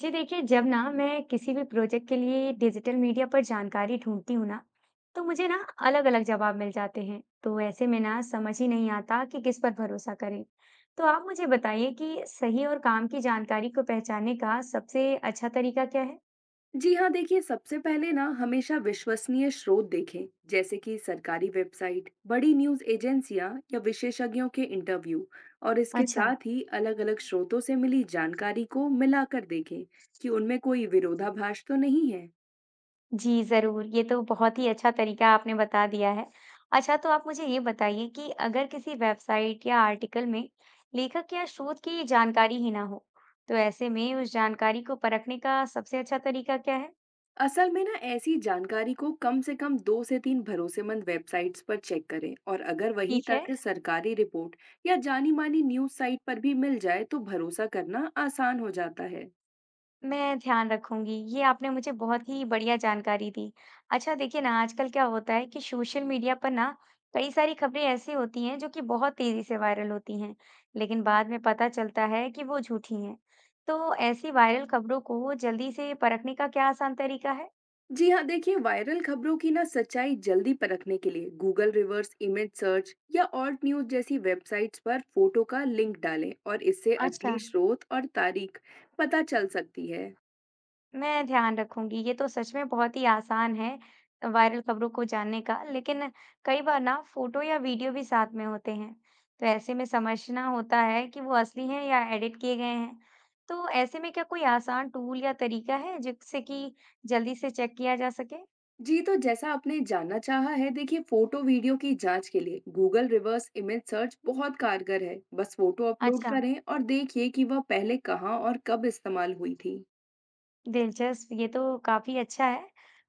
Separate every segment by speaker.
Speaker 1: जी देखिए, जब ना मैं किसी भी प्रोजेक्ट के लिए डिजिटल मीडिया पर जानकारी ढूंढती हूँ ना, तो मुझे ना अलग अलग जवाब मिल जाते हैं। तो ऐसे में ना समझ ही नहीं आता कि किस पर भरोसा करें। तो आप मुझे बताइए कि सही और काम की जानकारी को पहचानने का सबसे अच्छा तरीका क्या है।
Speaker 2: जी हाँ, देखिए सबसे पहले ना हमेशा विश्वसनीय स्रोत देखें, जैसे कि सरकारी वेबसाइट, बड़ी न्यूज़ एजेंसियां या विशेषज्ञों के इंटरव्यू। और इसके
Speaker 1: अच्छा।
Speaker 2: साथ ही अलग अलग स्रोतों से मिली जानकारी को मिलाकर देखें कि उनमें कोई विरोधाभास तो नहीं है।
Speaker 1: जी, ज़रूर। ये तो बहुत ही अच्छा तरीका आपने बता दिया है। अच्छा, तो आप मुझे ये बताइए कि अगर किसी वेबसाइट या आर्टिकल में लेखक या शोध की जानकारी ही ना हो, तो ऐसे में उस जानकारी को परखने का सबसे अच्छा तरीका क्या है?
Speaker 2: असल में ना ऐसी जानकारी को कम से कम दो से तीन भरोसेमंद वेबसाइट्स पर चेक करें, और अगर वही
Speaker 1: ठीक है।
Speaker 2: तथ्य सरकारी रिपोर्ट या जानी मानी न्यूज़ साइट पर भी मिल जाए तो भरोसा करना आसान हो जाता है।
Speaker 1: मैं ध्यान रखूंगी। ये आपने मुझे बहुत ही बढ़िया जानकारी दी। अच्छा देखिए, ना आजकल क्या होता है कि सोशल मीडिया पर ना कई सारी खबरें ऐसी होती हैं जो कि बहुत तेजी से वायरल होती हैं, लेकिन बाद में पता चलता है कि वो झूठी हैं। तो ऐसी वायरल खबरों को जल्दी से परखने का क्या आसान तरीका है?
Speaker 2: जी हाँ, देखिए वायरल खबरों की ना सच्चाई जल्दी परखने के लिए गूगल रिवर्स इमेज सर्च या ऑल्ट न्यूज जैसी वेबसाइट्स पर फोटो का लिंक डालें, और इससे असली
Speaker 1: अच्छा।
Speaker 2: स्रोत और तारीख पता चल सकती है।
Speaker 1: मैं ध्यान रखूंगी। ये तो सच में बहुत ही आसान है वायरल खबरों को जानने का, लेकिन कई बार ना फोटो या वीडियो भी साथ में होते हैं, तो ऐसे में समझना होता है कि वो असली हैं या एडिट किए गए हैं। तो ऐसे में क्या कोई आसान टूल या तरीका है जिससे कि जल्दी से चेक किया जा सके?
Speaker 2: जी, तो जैसा आपने जानना चाहा है, देखिए फोटो वीडियो की जांच के लिए गूगल रिवर्स इमेज सर्च बहुत कारगर है। बस फोटो अपलोड
Speaker 1: अच्छा।
Speaker 2: करें और देखिए कि वह पहले कहाँ और कब इस्तेमाल हुई थी।
Speaker 1: दिलचस्प, ये तो काफी अच्छा है।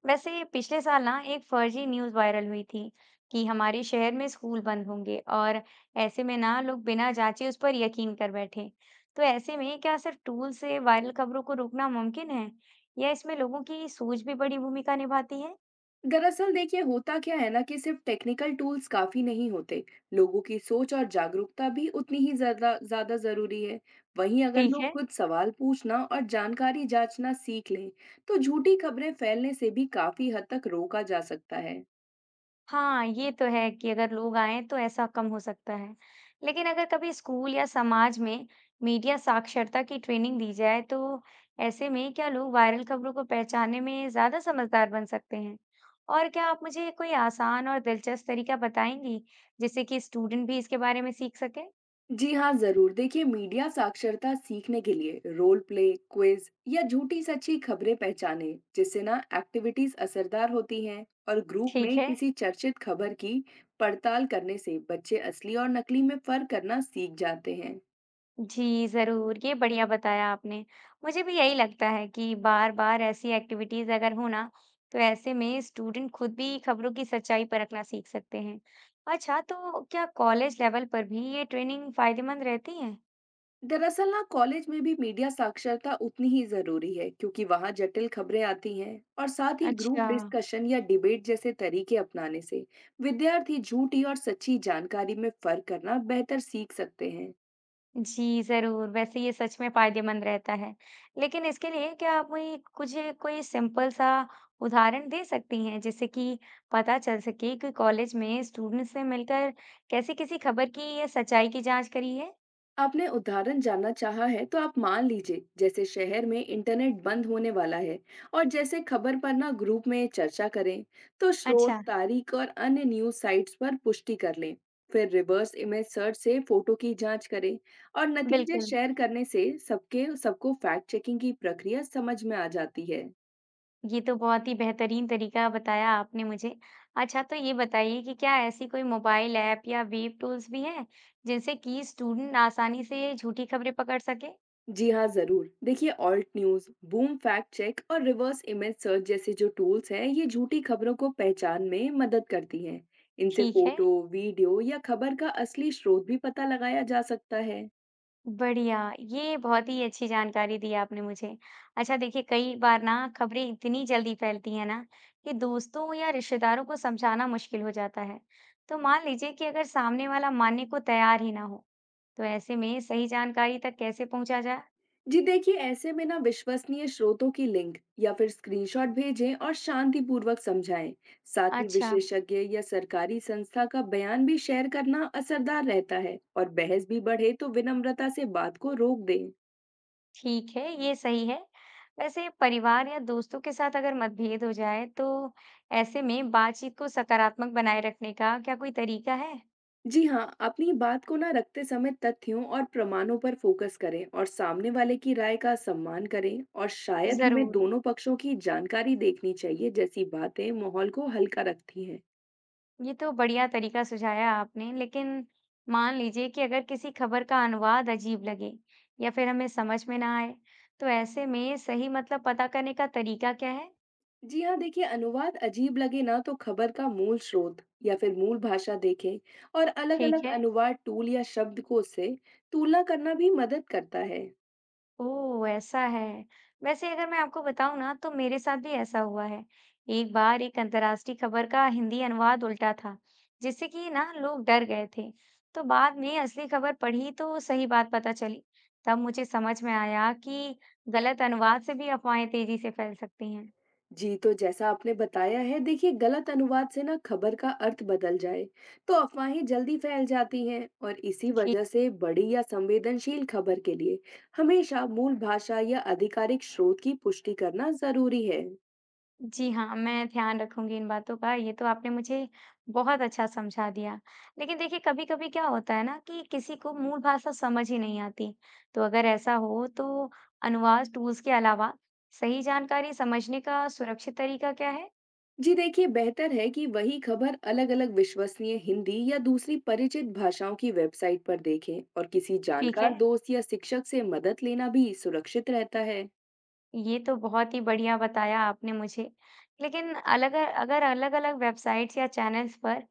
Speaker 1: वैसे पिछले साल ना एक फर्जी न्यूज़ वायरल हुई थी कि हमारे शहर में स्कूल बंद होंगे और ऐसे में ना लोग बिना जांचे उस पर यकीन कर बैठे। तो ऐसे में क्या सिर्फ टूल से वायरल खबरों को रोकना मुमकिन है या इसमें लोगों की सोच भी बड़ी भूमिका निभाती है?
Speaker 2: दरअसल देखिए, होता क्या है ना कि सिर्फ टेक्निकल टूल्स काफी नहीं होते। लोगों की सोच और जागरूकता भी उतनी ही ज्यादा ज्यादा जरूरी है। वहीं अगर
Speaker 1: ठीक
Speaker 2: लोग
Speaker 1: है।
Speaker 2: खुद सवाल पूछना और जानकारी जांचना सीख लें तो झूठी खबरें फैलने से भी काफी हद तक रोका जा सकता है।
Speaker 1: हाँ, ये तो है कि अगर लोग आएं तो ऐसा कम हो सकता है। लेकिन अगर कभी स्कूल या समाज में मीडिया साक्षरता की ट्रेनिंग दी जाए तो ऐसे में क्या लोग वायरल खबरों को पहचानने में ज्यादा समझदार बन सकते हैं? और क्या आप मुझे कोई आसान और दिलचस्प तरीका बताएंगी जिससे कि स्टूडेंट भी इसके बारे में सीख सके?
Speaker 2: जी हाँ, जरूर। देखिए मीडिया साक्षरता सीखने के लिए रोल प्ले, क्विज या झूठी सच्ची खबरें पहचाने जिससे ना एक्टिविटीज असरदार होती हैं, और ग्रुप
Speaker 1: ठीक
Speaker 2: में
Speaker 1: है।
Speaker 2: किसी चर्चित खबर की पड़ताल करने से बच्चे असली और नकली में फर्क करना सीख जाते हैं।
Speaker 1: जी, ज़रूर, ये बढ़िया बताया आपने। मुझे भी यही लगता है कि बार-बार ऐसी एक्टिविटीज़ अगर हो ना, तो ऐसे में स्टूडेंट खुद भी खबरों की सच्चाई परखना सीख सकते हैं। अच्छा, तो क्या कॉलेज लेवल पर भी ये ट्रेनिंग फ़ायदेमंद रहती है?
Speaker 2: दरअसल ना कॉलेज में भी मीडिया साक्षरता उतनी ही जरूरी है, क्योंकि वहाँ जटिल खबरें आती हैं, और साथ ही ग्रुप
Speaker 1: अच्छा।
Speaker 2: डिस्कशन या डिबेट जैसे तरीके अपनाने से विद्यार्थी झूठी और सच्ची जानकारी में फर्क करना बेहतर सीख सकते हैं।
Speaker 1: जी, ज़रूर। वैसे ये सच में फ़ायदेमंद रहता है। लेकिन इसके लिए क्या आप मुझे कुछ कोई सिंपल सा उदाहरण दे सकती हैं, जिससे कि पता चल सके कि कॉलेज में स्टूडेंट्स ने मिलकर कैसे किसी खबर की या सच्चाई की जाँच करी है?
Speaker 2: आपने उदाहरण जानना चाहा है, तो आप मान लीजिए जैसे शहर में इंटरनेट बंद होने वाला है, और जैसे खबर पर ना ग्रुप में चर्चा करें, तो स्रोत,
Speaker 1: अच्छा,
Speaker 2: तारीख और अन्य न्यूज साइट्स पर पुष्टि कर लें। फिर रिवर्स इमेज सर्च से फोटो की जांच करें, और नतीजे
Speaker 1: बिल्कुल।
Speaker 2: शेयर करने से सबके सबको फैक्ट चेकिंग की प्रक्रिया समझ में आ जाती है।
Speaker 1: ये तो बहुत ही बेहतरीन तरीका बताया आपने मुझे। अच्छा, तो ये बताइए कि क्या ऐसी कोई मोबाइल ऐप या वेब टूल्स भी हैं, जिनसे कि स्टूडेंट आसानी से झूठी खबरें पकड़ सकें?
Speaker 2: जी हाँ, ज़रूर। देखिए Alt News, Boom fact check और रिवर्स इमेज सर्च जैसे जो टूल्स हैं, ये झूठी खबरों को पहचान में मदद करती हैं। इनसे
Speaker 1: ठीक है।
Speaker 2: फोटो, वीडियो या खबर का असली स्रोत भी पता लगाया जा सकता है।
Speaker 1: बढ़िया, ये बहुत ही अच्छी जानकारी दी आपने मुझे। अच्छा देखिए, कई बार ना खबरें इतनी जल्दी फैलती हैं ना कि दोस्तों या रिश्तेदारों को समझाना मुश्किल हो जाता है। तो मान लीजिए कि अगर सामने वाला मानने को तैयार ही ना हो, तो ऐसे में सही जानकारी तक कैसे पहुंचा जाए?
Speaker 2: जी देखिए, ऐसे में ना विश्वसनीय स्रोतों की लिंक या फिर स्क्रीनशॉट भेजें और शांतिपूर्वक समझाएं। साथ ही
Speaker 1: अच्छा,
Speaker 2: विशेषज्ञ या सरकारी संस्था का बयान भी शेयर करना असरदार रहता है, और बहस भी बढ़े तो विनम्रता से बात को रोक दें।
Speaker 1: ठीक है, ये सही है। वैसे परिवार या दोस्तों के साथ अगर मतभेद हो जाए, तो ऐसे में बातचीत को सकारात्मक बनाए रखने का क्या कोई तरीका है?
Speaker 2: जी हाँ, अपनी बात को ना रखते समय तथ्यों और प्रमाणों पर फोकस करें और सामने वाले की राय का सम्मान करें, और शायद हमें
Speaker 1: जरूर।
Speaker 2: दोनों पक्षों की जानकारी देखनी चाहिए जैसी बातें माहौल को हल्का रखती हैं।
Speaker 1: ये तो बढ़िया तरीका सुझाया आपने, लेकिन मान लीजिए कि अगर किसी खबर का अनुवाद अजीब लगे या फिर हमें समझ में ना आए, तो ऐसे में सही मतलब पता करने का तरीका क्या है?
Speaker 2: जी हाँ, देखिए अनुवाद अजीब लगे ना तो खबर का मूल स्रोत या फिर मूल भाषा देखें, और
Speaker 1: ठीक
Speaker 2: अलग-अलग
Speaker 1: है।
Speaker 2: अनुवाद टूल या शब्दकोश से तुलना करना भी मदद करता है।
Speaker 1: ओह! ऐसा है। वैसे अगर मैं आपको बताऊँ ना तो मेरे साथ भी ऐसा हुआ है। एक बार एक अंतर्राष्ट्रीय खबर का हिंदी अनुवाद उल्टा था, जिससे कि ना लोग डर गए थे। तो बाद में असली खबर पढ़ी तो सही बात पता चली। तब मुझे समझ में आया कि गलत अनुवाद से भी अफवाहें तेजी से फैल सकती हैं।
Speaker 2: जी, तो जैसा आपने बताया है, देखिए गलत अनुवाद से ना खबर का अर्थ बदल जाए तो अफवाहें जल्दी फैल जाती हैं, और इसी वजह से बड़ी या संवेदनशील खबर के लिए हमेशा मूल भाषा या आधिकारिक स्रोत की पुष्टि करना जरूरी है।
Speaker 1: जी हाँ, मैं ध्यान रखूँगी इन बातों का, ये तो आपने मुझे बहुत अच्छा समझा दिया। लेकिन देखिए, कभी-कभी क्या होता है ना कि किसी को मूल भाषा समझ ही नहीं आती, तो अगर ऐसा हो तो अनुवाद टूल्स के अलावा सही जानकारी समझने का सुरक्षित तरीका क्या है?
Speaker 2: जी देखिए, बेहतर है कि वही खबर अलग-अलग विश्वसनीय हिंदी या दूसरी परिचित भाषाओं की वेबसाइट पर देखें, और किसी
Speaker 1: ठीक
Speaker 2: जानकार
Speaker 1: है,
Speaker 2: दोस्त या शिक्षक से मदद लेना भी सुरक्षित रहता है।
Speaker 1: ये तो बहुत ही बढ़िया बताया आपने मुझे। लेकिन अलग अगर अलग-अलग वेबसाइट्स या चैनल्स पर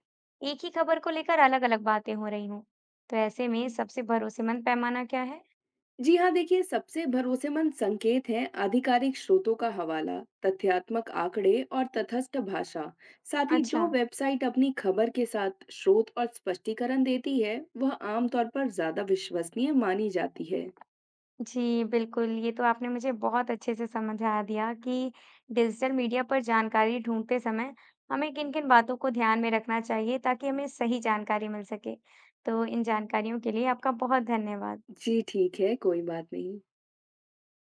Speaker 1: एक ही खबर को लेकर अलग-अलग बातें हो रही हों, तो ऐसे में सबसे भरोसेमंद पैमाना क्या है?
Speaker 2: जी हाँ, देखिए सबसे भरोसेमंद संकेत हैं आधिकारिक स्रोतों का हवाला, तथ्यात्मक आंकड़े और तथस्थ भाषा। साथ ही
Speaker 1: अच्छा।
Speaker 2: जो वेबसाइट अपनी खबर के साथ स्रोत और स्पष्टीकरण देती है वह आमतौर पर ज्यादा विश्वसनीय मानी जाती है।
Speaker 1: जी, बिल्कुल, ये तो आपने मुझे बहुत अच्छे से समझा दिया कि डिजिटल मीडिया पर जानकारी ढूँढते समय हमें किन-किन बातों को ध्यान में रखना चाहिए ताकि हमें सही जानकारी मिल सके। तो इन जानकारियों के लिए आपका बहुत धन्यवाद।
Speaker 2: जी ठीक है, कोई बात नहीं।